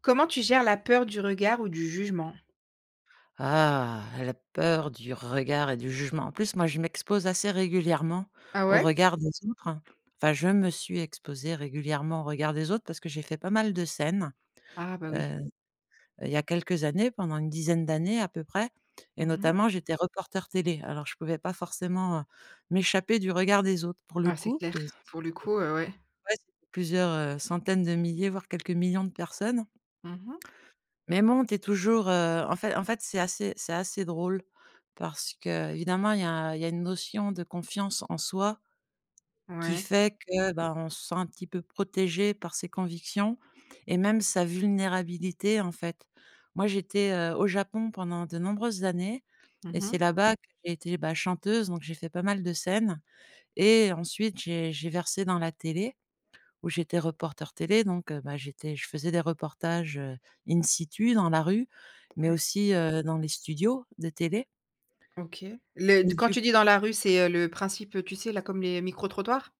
Comment tu gères la peur du regard ou du jugement? Ah, la peur du regard et du jugement. En plus, moi, je m'expose assez régulièrement Ah au ouais? regard des autres. Enfin, je me suis exposée régulièrement au regard des autres parce que j'ai fait pas mal de scènes, Ah bah oui. heu, il y a quelques années, pendant une dizaine d'années à peu près, et Mmh. notamment j'étais reporter télé. Alors je pouvais pas forcément, m'échapper du regard des autres pour le Ah c'est coup, clair. parce Pour le coup, ouais. ouais, c'était plusieurs, centaines de milliers, voire quelques millions de personnes. Mmh. Mais bon, tu es toujours, en fait, c'est assez drôle, parce que évidemment, il y a une notion de confiance en soi qui Ouais. fait que, bah, on se sent un petit peu protégé par ses convictions et même sa vulnérabilité, en fait. Moi, j'étais, au Japon pendant de nombreuses années, et c'est Mmh. là-bas que j'ai été, bah, chanteuse, donc j'ai fait pas mal de scènes, et ensuite j'ai versé dans la télé où j'étais reporter télé. Donc bah, j'étais je faisais des reportages, in situ dans la rue, mais Ouais. aussi, dans les studios de télé OK. Le et Quand du tu dis dans la rue, c'est, le principe, tu sais, là, comme les micro-trottoirs?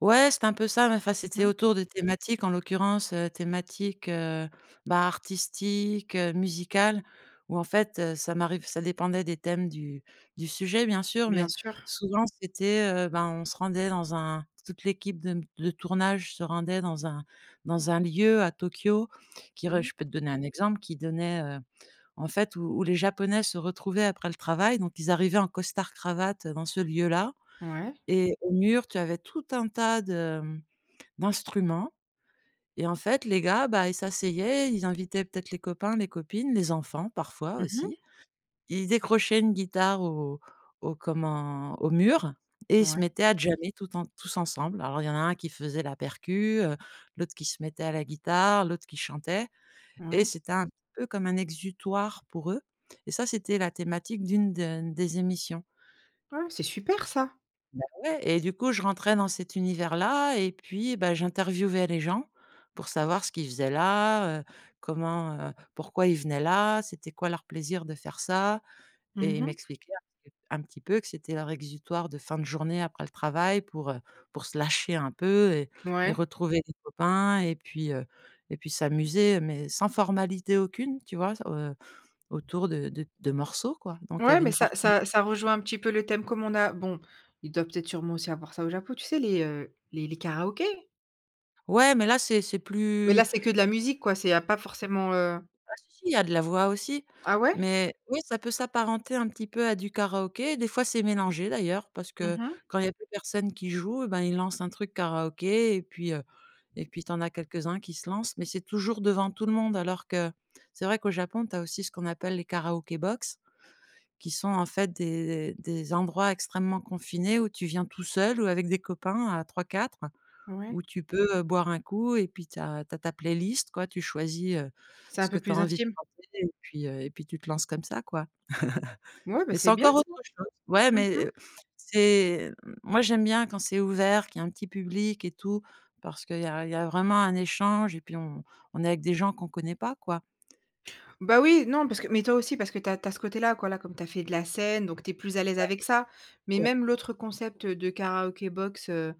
ouais, c'était un peu ça, mais enfin, c'était Mmh. autour de thématiques, en l'occurrence, thématiques, bah, artistiques, musicales, où en fait, ça dépendait des thèmes du sujet, bien sûr, Bien mais sûr. souvent c'était, ben, on se rendait dans un toute l'équipe de tournage se rendait dans un lieu à Tokyo qui re Mmh. je peux te donner un exemple, qui donnait, en fait, où les Japonais se retrouvaient après le travail, donc ils arrivaient en costard-cravate, dans ce lieu-là, Ouais. et au mur, tu avais tout un tas de d'instruments. Et en fait, les gars, bah, ils s'asseyaient, ils invitaient peut-être les copains, les copines, les enfants parfois Mmh. aussi. Ils décrochaient une guitare au mur, et ils Ouais, se mettaient à jammer tout en tous ensemble. Alors il y en a un qui faisait la percu, l'autre qui se mettait à la guitare, l'autre qui chantait, et ouais. c'était un peu comme un exutoire pour eux, et ça, c'était la thématique d'une de des émissions. Ouais, c'est super ça. Bah, ouais, et du coup, je rentrais dans cet univers-là, et puis, bah, j'interviewais les gens pour savoir ce qu'ils faisaient là, comment, pourquoi ils venaient là, c'était quoi leur plaisir de faire ça. Et ils Mmh. m'expliquaient un petit peu que c'était leur exutoire de fin de journée après le travail pour se lâcher un peu, et Ouais. retrouver des copains, et puis, s'amuser, mais sans formalité aucune, tu vois? Autour de morceaux, quoi. Donc il y Ouais, avait mais une ça partie. ça ça rejoint un petit peu le thème comme on a bon, il doit peut-être sûrement aussi avoir ça au Japon, tu sais, les karaokés? Ouais, mais là, c'est Mais plus... là, c'est que de la musique, quoi, c'est il y a pas forcément, Ah, si, si, il y a de la voix aussi, Ah ouais? mais oui, ça peut s'apparenter un petit peu à du karaoké. Des fois, c'est mélangé d'ailleurs, parce Mmh que mh. quand il y a plus personne qui joue, eh ben, ils lancent un truc karaoké, et puis tu en as quelques-uns qui se lancent, mais c'est toujours devant tout le monde. Alors que c'est vrai qu'au Japon, tu as aussi ce qu'on appelle les karaoké box, qui sont en fait des endroits extrêmement confinés, où tu viens tout seul ou avec des copains à trois quatre, Ouais. où tu peux, boire un coup, et puis tu as ta playlist, quoi, tu choisis, C'est un ce que peu tu as plus envie de intime. chanter, et puis tu te lances comme ça, quoi. Ouais, bah, Mais c'est c'est bien encore ça. autre chose. Ouais, Mmh mh. mais, c'est moi, j'aime bien quand c'est ouvert, qu'il y a un petit public et tout, parce qu'il y a vraiment un échange, et puis on est avec des gens qu'on connaît pas, quoi. Bah, oui, non, parce que mais toi aussi, parce que tu as ce côté-là, quoi, là, comme tu as fait de la scène, donc tu es plus à l'aise Ouais, avec ça. Mais ouais. même l'autre concept, de karaoké box,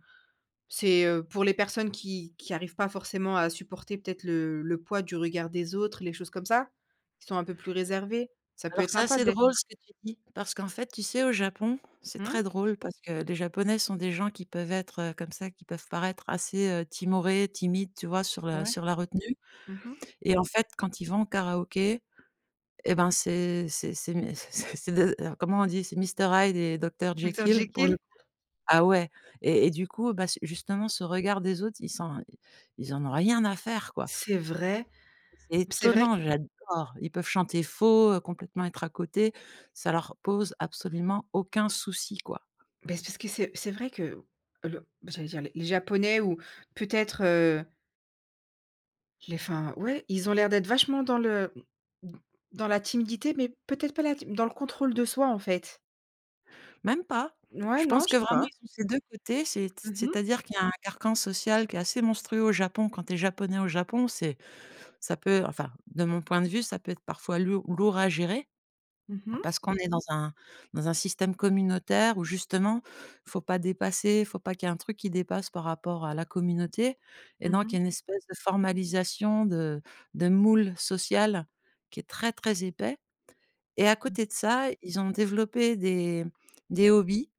c'est, pour les personnes qui arrivent pas forcément à supporter peut-être le poids du regard des autres, les choses comme ça, qui sont un peu plus réservées. Ça peut Alors être c'est sympa assez d'être. drôle ce que tu dis, parce qu'en fait, tu sais, au Japon, c'est Mmh? très drôle, parce que les Japonais sont des gens qui peuvent être, comme ça, qui peuvent paraître assez, timorés, timides, tu vois, Ouais. sur la retenue, Mmh mh. et en fait, quand ils vont au karaoké, et ben, c'est mais c'est de comment on dit? C'est Mister Hyde et Dr Dr. Jekyll pour le Jekyll? ah, ouais. Et du coup, bah, c justement, ce regard des autres, ils en ont rien à faire, quoi. C'est vrai. C'est C'est vrai. étonnant, j'adore. Ils peuvent chanter faux, complètement être à côté. Ça leur pose absolument aucun souci, quoi. Beh, c'est parce que c'est vrai que le j'allais dire les Japonais ou peut-être, les enfin, ouais, ils ont l'air d'être vachement dans la timidité, mais peut-être pas la ti dans le contrôle de soi, en fait. Même pas. Ouais, Je pense non, je que sais vraiment pas. ils ont ces deux côtés, Mmh mh. c'est-à-dire qu'il y a un carcan social qui est assez monstrueux au Japon. Quand tu es japonais au Japon, c'est ça peut, enfin, de mon point de vue, ça peut être parfois lourd à gérer. Mmh. Parce qu'on est dans un système communautaire où justement, il faut pas dépasser, il faut pas qu'il y ait un truc qui dépasse par rapport à la communauté, et donc il y Mmh. a une espèce de formalisation de moule social qui est très, très épais. Et à Mmh. côté de ça, ils ont développé des hobbies,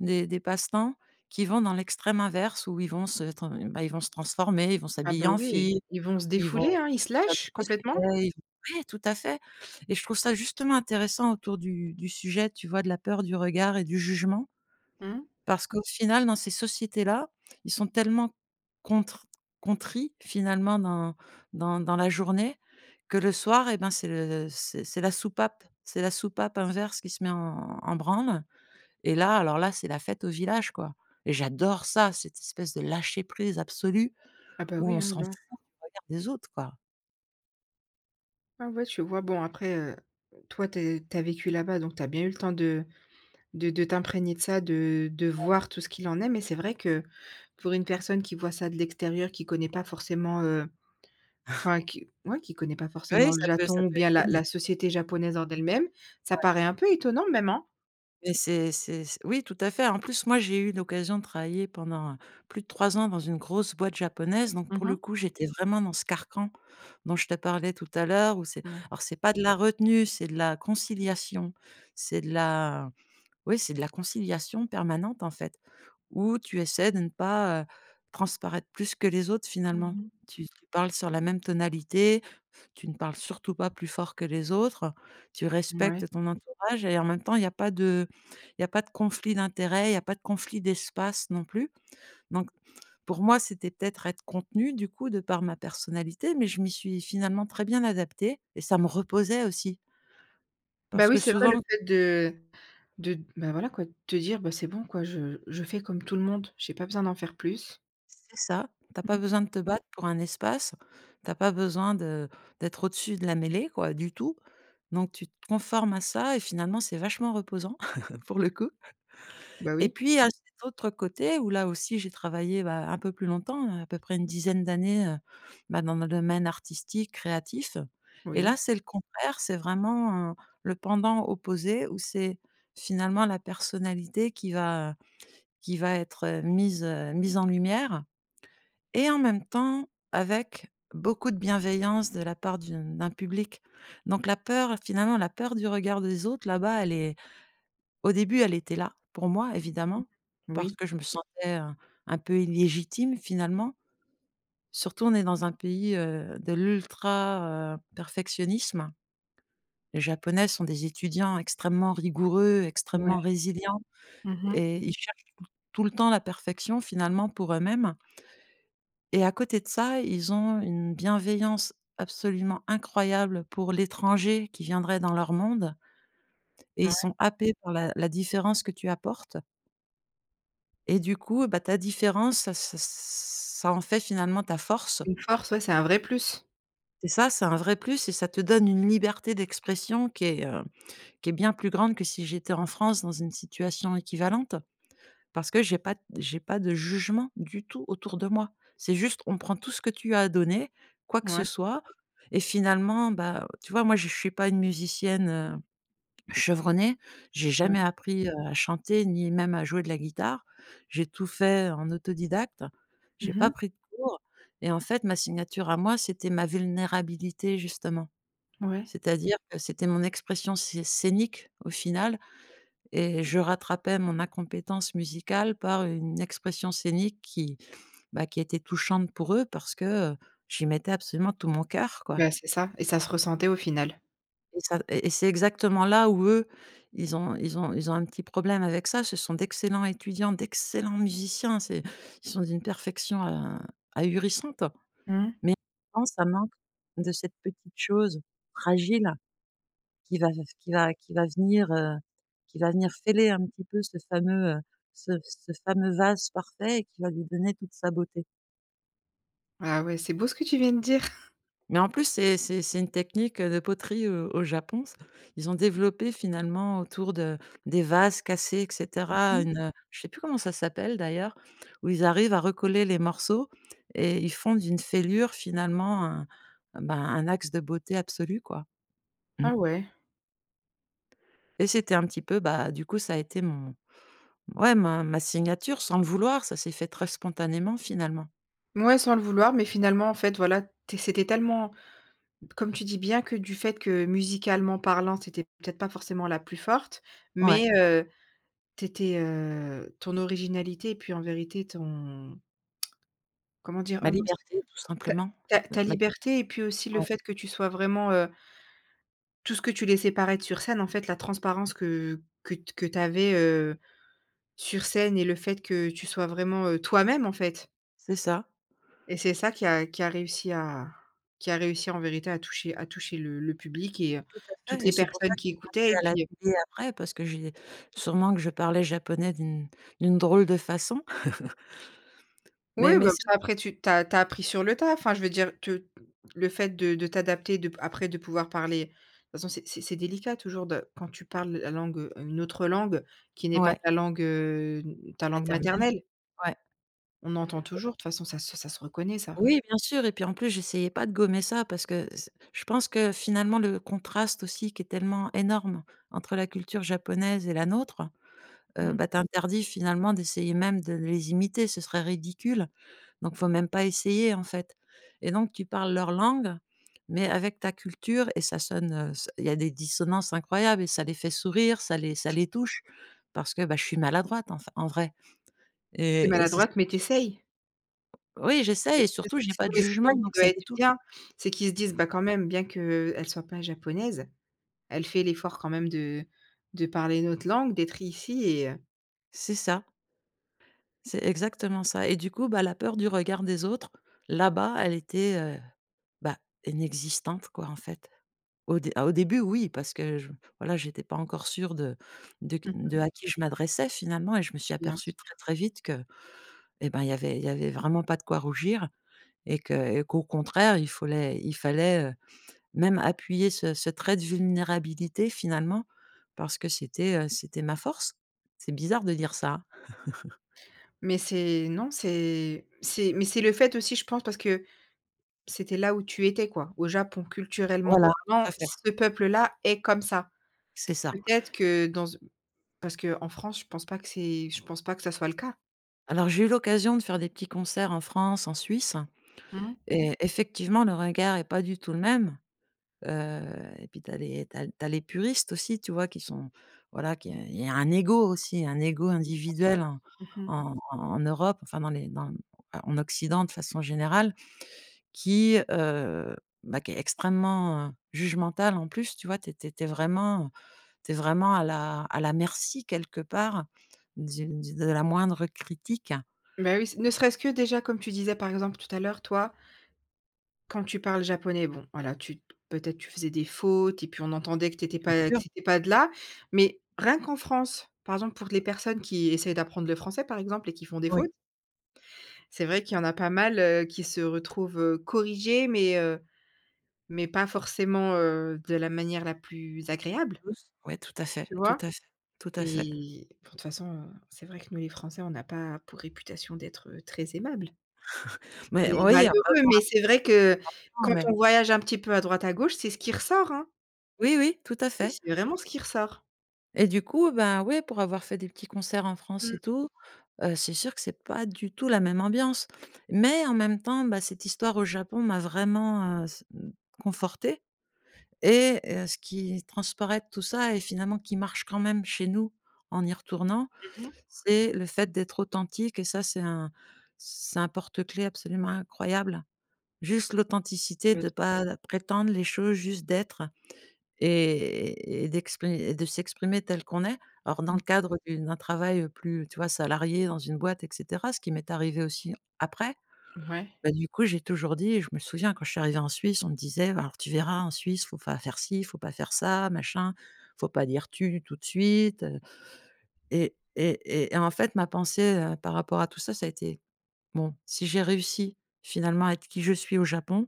des passe-temps qui vont dans l'extrême inverse, où ils vont se tran bah, ils vont se transformer, ils vont Ah s'habiller bah, en oui, fille, ils vont se ils vont défouler, hein, ils se faire du lâchent complètement. cosplay, ouais, tout à fait. Et je trouve ça justement intéressant autour du sujet, tu vois, de la peur du regard et du jugement, Mmh. parce qu'au final, dans ces sociétés-là, ils sont tellement contr contris finalement dans la journée, que le soir, et ben, c'est la soupape inverse qui se met en branle, et là, alors là, c'est la fête au village, quoi, et j'adore ça, cette espèce de lâcher prise absolue Ah bah, où oui, on hein, s'en fout là. du regard des autres, quoi. Ah ouais, tu vois? Bon après, toi tu es vécu là-bas, donc t'as bien eu le temps de de t'imprégner de ça, de voir tout ce qu'il en est, mais c'est vrai que pour une personne qui voit ça de l'extérieur, qui connaît pas forcément, enfin qui ouais, qui connaît pas Oui, forcément le ça Japon ou peut bien la étonner. la société japonaise en elle-même, ça paraît un peu étonnant même, hein? Mais c'est c oui, tout à fait. En plus, moi, j'ai eu l'occasion de travailler pendant, plus de 3 ans dans une grosse boîte japonaise, donc Mmh pour le mh. coup, j'étais vraiment dans ce carcan dont je te parlais tout à l'heure, où c'est Mouais. alors c'est pas de la retenue, c'est de la conciliation, c'est de la oui, c'est de la conciliation permanente, en fait, où tu essaies de ne pas, transparaître plus que les autres, finalement. Mmh. Tu parles sur la même tonalité, tu ne parles surtout pas plus fort que les autres, tu respectes ton entourage, et en même temps, il n'y a pas de conflit d'intérêts, il n'y a pas de conflit d'espace non plus. Donc pour moi, c'était peut-être être contenu du coup, de par ma personnalité, mais je m'y suis finalement très bien adaptée, et ça me reposait aussi. Bah, Parce que oui, c'est vrai le souvent... fait de bah, voilà quoi, de te dire: «Bah, c'est bon quoi, je fais comme tout le monde, j'ai pas besoin d'en faire plus». C'est ça. T'as pas Mmh. besoin de te battre pour un espace, t'as pas besoin de d'être au-dessus de la mêlée, quoi, du tout. Donc tu te conformes à ça, et finalement c'est vachement reposant pour le coup. Bah, Et oui, puis à cet autre côté où, là aussi, j'ai travaillé, bah, un peu plus longtemps, à peu près une dizaine d'années, bah, dans le domaine artistique, créatif, et là oui, c'est le contraire, c'est vraiment, le pendant opposé, où c'est finalement la personnalité qui va être, mise en lumière, et en même temps, avec beaucoup de bienveillance de la part d'un public. Donc la peur, finalement, la peur du regard des autres là-bas, elle est au début, elle était là pour moi, évidemment, parce oui, que je me sentais, un peu illégitime, finalement. Surtout, on est dans un pays, de l'ultra perfectionnisme. Les Japonais sont des étudiants extrêmement rigoureux, ouais. extrêmement résilients, Mmh. et ils cherchent tout le temps la perfection, finalement, pour eux-mêmes. Et à côté de ça, ils ont une bienveillance absolument incroyable pour l'étranger qui viendrait dans leur monde, et ils Ouais, sont happés par la différence que tu apportes, et du coup, bah, ta différence, ça en fait finalement ta force, une force, ouais, c'est un vrai plus. et ça, c'est un vrai plus, et ça te donne une liberté d'expression qui est, bien plus grande que si j'étais en France dans une situation équivalente. Parce que j'ai pas de jugement du tout autour de moi. C'est juste, on prend tout ce que tu as à donner, quoi que ce Ouais, soit, et finalement, bah, tu vois, moi, je suis pas une musicienne, chevronnée. J'ai jamais ouais. appris, à chanter, ni même à jouer de la guitare. J'ai tout fait en autodidacte. J'ai pas Mmh. pris de cours, et en fait, ma signature à moi, c'était ma vulnérabilité, justement. Ouais, C'est-à-dire que c'était mon expression scénique au final, et je rattrapais mon incompétence musicale par une expression scénique qui, bah, qui était touchante pour eux parce que, j'y mettais absolument tout mon cœur, quoi. bah, c'est ça et ça se ressentait au final. Et ça et c'est exactement là où eux, ils ont un petit problème avec ça. Ce sont d'excellents étudiants, d'excellents musiciens, c'est ils sont d'une perfection a ahurissante. Mmh. Mais en même temps, ça manque de cette petite chose fragile, qui va qui va venir, qui va venir fêler un petit peu ce fameux, ce fameux vase parfait et qui va lui donner toute sa beauté. Ah ouais, c'est beau ce que tu viens de dire. Mais en plus, c'est une technique, de poterie au Japon. C Ils ont développé finalement autour de des vases cassés et cetera, Mmh. une, je sais plus comment ça s'appelle d'ailleurs, où ils arrivent à recoller les morceaux et ils font d'une fêlure finalement un, ben, un axe de beauté absolu, quoi. Mmh, Ah ouais. et c'était un petit peu, bah, du coup, ça a été mon... Ouais, ma signature sans le vouloir, ça s'est fait très spontanément finalement. Ouais, sans le vouloir, mais finalement, en fait, voilà, tu c'était tellement comme tu dis bien que du fait que musicalement parlant, c'était peut-être pas forcément la plus forte, Ouais, mais tu étais, ton originalité et puis en vérité ton comment dire? ma Oh mince, liberté tout ta simplement. ta Ma ta ma liberté et puis aussi le ouais, fait que tu sois vraiment, tout ce que tu laissais paraître sur scène, en fait, la transparence que que t'avais. Sur scène et le fait que tu sois vraiment, toi-même, en fait c'est ça, et c'est ça qui a réussi à qui a réussi en vérité à toucher le public et tout à fait, toutes et les c'est pour ça personnes que qui c'est passé écoutaient et à la puis, télé après parce que j'ai... sûrement que je parlais japonais d'une drôle de façon. Oui, Mais mais bah, c'est ça après tu as appris sur le tas. Enfin, je veux dire te le fait de t'adapter, de p après de pouvoir parler de toute façon c'est délicat toujours de quand tu parles la langue, une autre langue qui n'est pas ouais, ta langue, ta langue maternelle, maternelle. ouais. On entend toujours, de toute façon ça se reconnaît ça. Oui, bien sûr, et puis en plus j'essayais pas de gommer ça parce que c je pense que finalement le contraste aussi qui est tellement énorme entre la culture japonaise et la nôtre, Mmh. bah, t'interdis finalement d'essayer même de les imiter, ce serait ridicule, donc faut même pas essayer, en fait, et donc tu parles leur langue, mais avec ta culture et ça sonne, ç il y a des dissonances incroyables et ça les fait sourire, ça les touche parce que, bah, je suis maladroite, enf en vrai. Tu es Et c'est maladroite mais tu essayes. Oui, j'essaie et C'est surtout j'ai c pas de mais c'est ça jugement qui donc ça doit les être touche. bien, c'est qu'ils se disent: C'est «Bah, ça. quand même, bien qu'elle soit pas japonaise, elle fait l'effort quand même de parler notre langue, d'être ici et» C'est ça, c'est exactement ça, et du coup, bah, la peur du regard des autres, là-bas, elle était, bah, inexistante, quoi, en fait. Au dé Ah, au début, oui, parce que je voilà, j'étais pas encore sûre de Mmh. de à qui je m'adressais finalement, et je me suis Bien aperçue très, sûr. très vite que, eh ben, il y avait vraiment pas de quoi rougir, et que et qu'au contraire, il fallait même appuyer ce trait de vulnérabilité finalement parce que c'était, c'était ma force. C'est bizarre de dire ça, hein? Mais c'est non, c'est mais c'est le fait aussi, je pense, parce que c'était là où tu étais, quoi. Au Japon, culturellement Voilà, tout à parlant, fait, ce peuple-là est comme ça. c'est ça. Peut-être que dans z parce qu'en France, je pense pas que ça soit le cas. Alors j'ai eu l'occasion de faire des petits concerts en France, en Suisse, Mmh. et effectivement le regard est pas du tout le même. Heu et puis t'as les puristes aussi, tu vois? Qui sont... voilà, qui il y a un ego aussi, un ego Bien sûr. individuel en Mmh mh. en en Europe, enfin dans en Occident de façon générale, qui, bah, qui est extrêmement, jugemental en plus, tu vois? T'es t'es tu vraiment, t'es vraiment à la merci quelque part du de la moindre critique. Bah, oui, c ne serait-ce que déjà, comme tu disais, par exemple, tout à l'heure, toi. Quand tu parles japonais, bon, voilà, tu peut-être tu faisais des fautes et puis on entendait Bien que sûr. tu étais pas de là, mais rien qu'en France, par exemple, pour les personnes qui essaient d'apprendre le français, par exemple, et qui font des Oui. fautes, c'est vrai qu'il y en a pas mal, qui se retrouvent, corrigés, mais pas forcément, de la manière la plus agréable, Oui, tout à fait, tu tout vois? à fait, tout à fait. Et bon, de toute façon, c'est vrai que nous les Français, on n'a pas pour réputation d'être, très aimables. Mais C'est oui, enfin malheureux, bon, mais c'est vrai que avant... quand mais on voyage un petit peu à droite à gauche, c'est ce qui ressort, hein. oui, oui, tout à C'est fait. c'est vraiment ce qui ressort. Et du coup, ben, ouais, pour avoir fait des petits concerts en France et Mmh. tout, c'est sûr que c'est pas du tout la même ambiance. Mais en même temps, bah, cette histoire au Japon m'a vraiment, confortée, et ce qui transparaît de tout ça et finalement qui marche quand même chez nous en y retournant, Mmh mh. c'est le fait d'être authentique, et ça, c'est un... c'est un porte-clés absolument incroyable. Juste l'authenticité de pas prétendre les choses, juste d'être. Et de s'exprimer tel qu'on est. Alors dans Mmh. le cadre du d'un travail, plus, tu vois, salarié dans une boîte et cetera, ce qui m'est arrivé aussi après, Ouais. bah, du coup, j'ai toujours dit... je me souviens quand je suis arrivée en Suisse, on me disait: «Bah, alors tu verras en Suisse, faut pas faire ci, faut pas faire ça, machin, faut pas dire "tu" tout de suite, heu», et en fait, ma pensée, par rapport à tout ça, ça a été: «Bon, si j'ai réussi finalement à être qui je suis au Japon,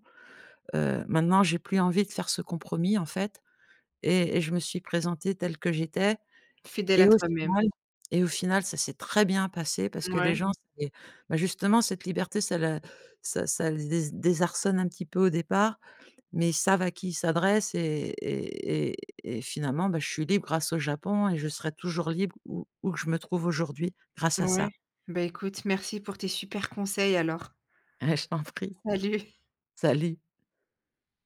maintenant j'ai plus envie de faire ce compromis en fait», et je me suis présentée telle que j'étais. Fidèle et à au final toi-même. et au final, ça s'est très bien passé parce que les gens, c'est bah, justement cette liberté, ça ça les désarçonne un petit peu au départ, mais ils savent à qui ils s'adressent, et et et finalement, bah, je suis libre grâce au Japon, et je serai toujours libre où que je me trouve aujourd'hui grâce Ouais. à Ouais. ça. Bah, écoute, merci pour tes super conseils alors. Eh, je t'en prie. Salut. Salut.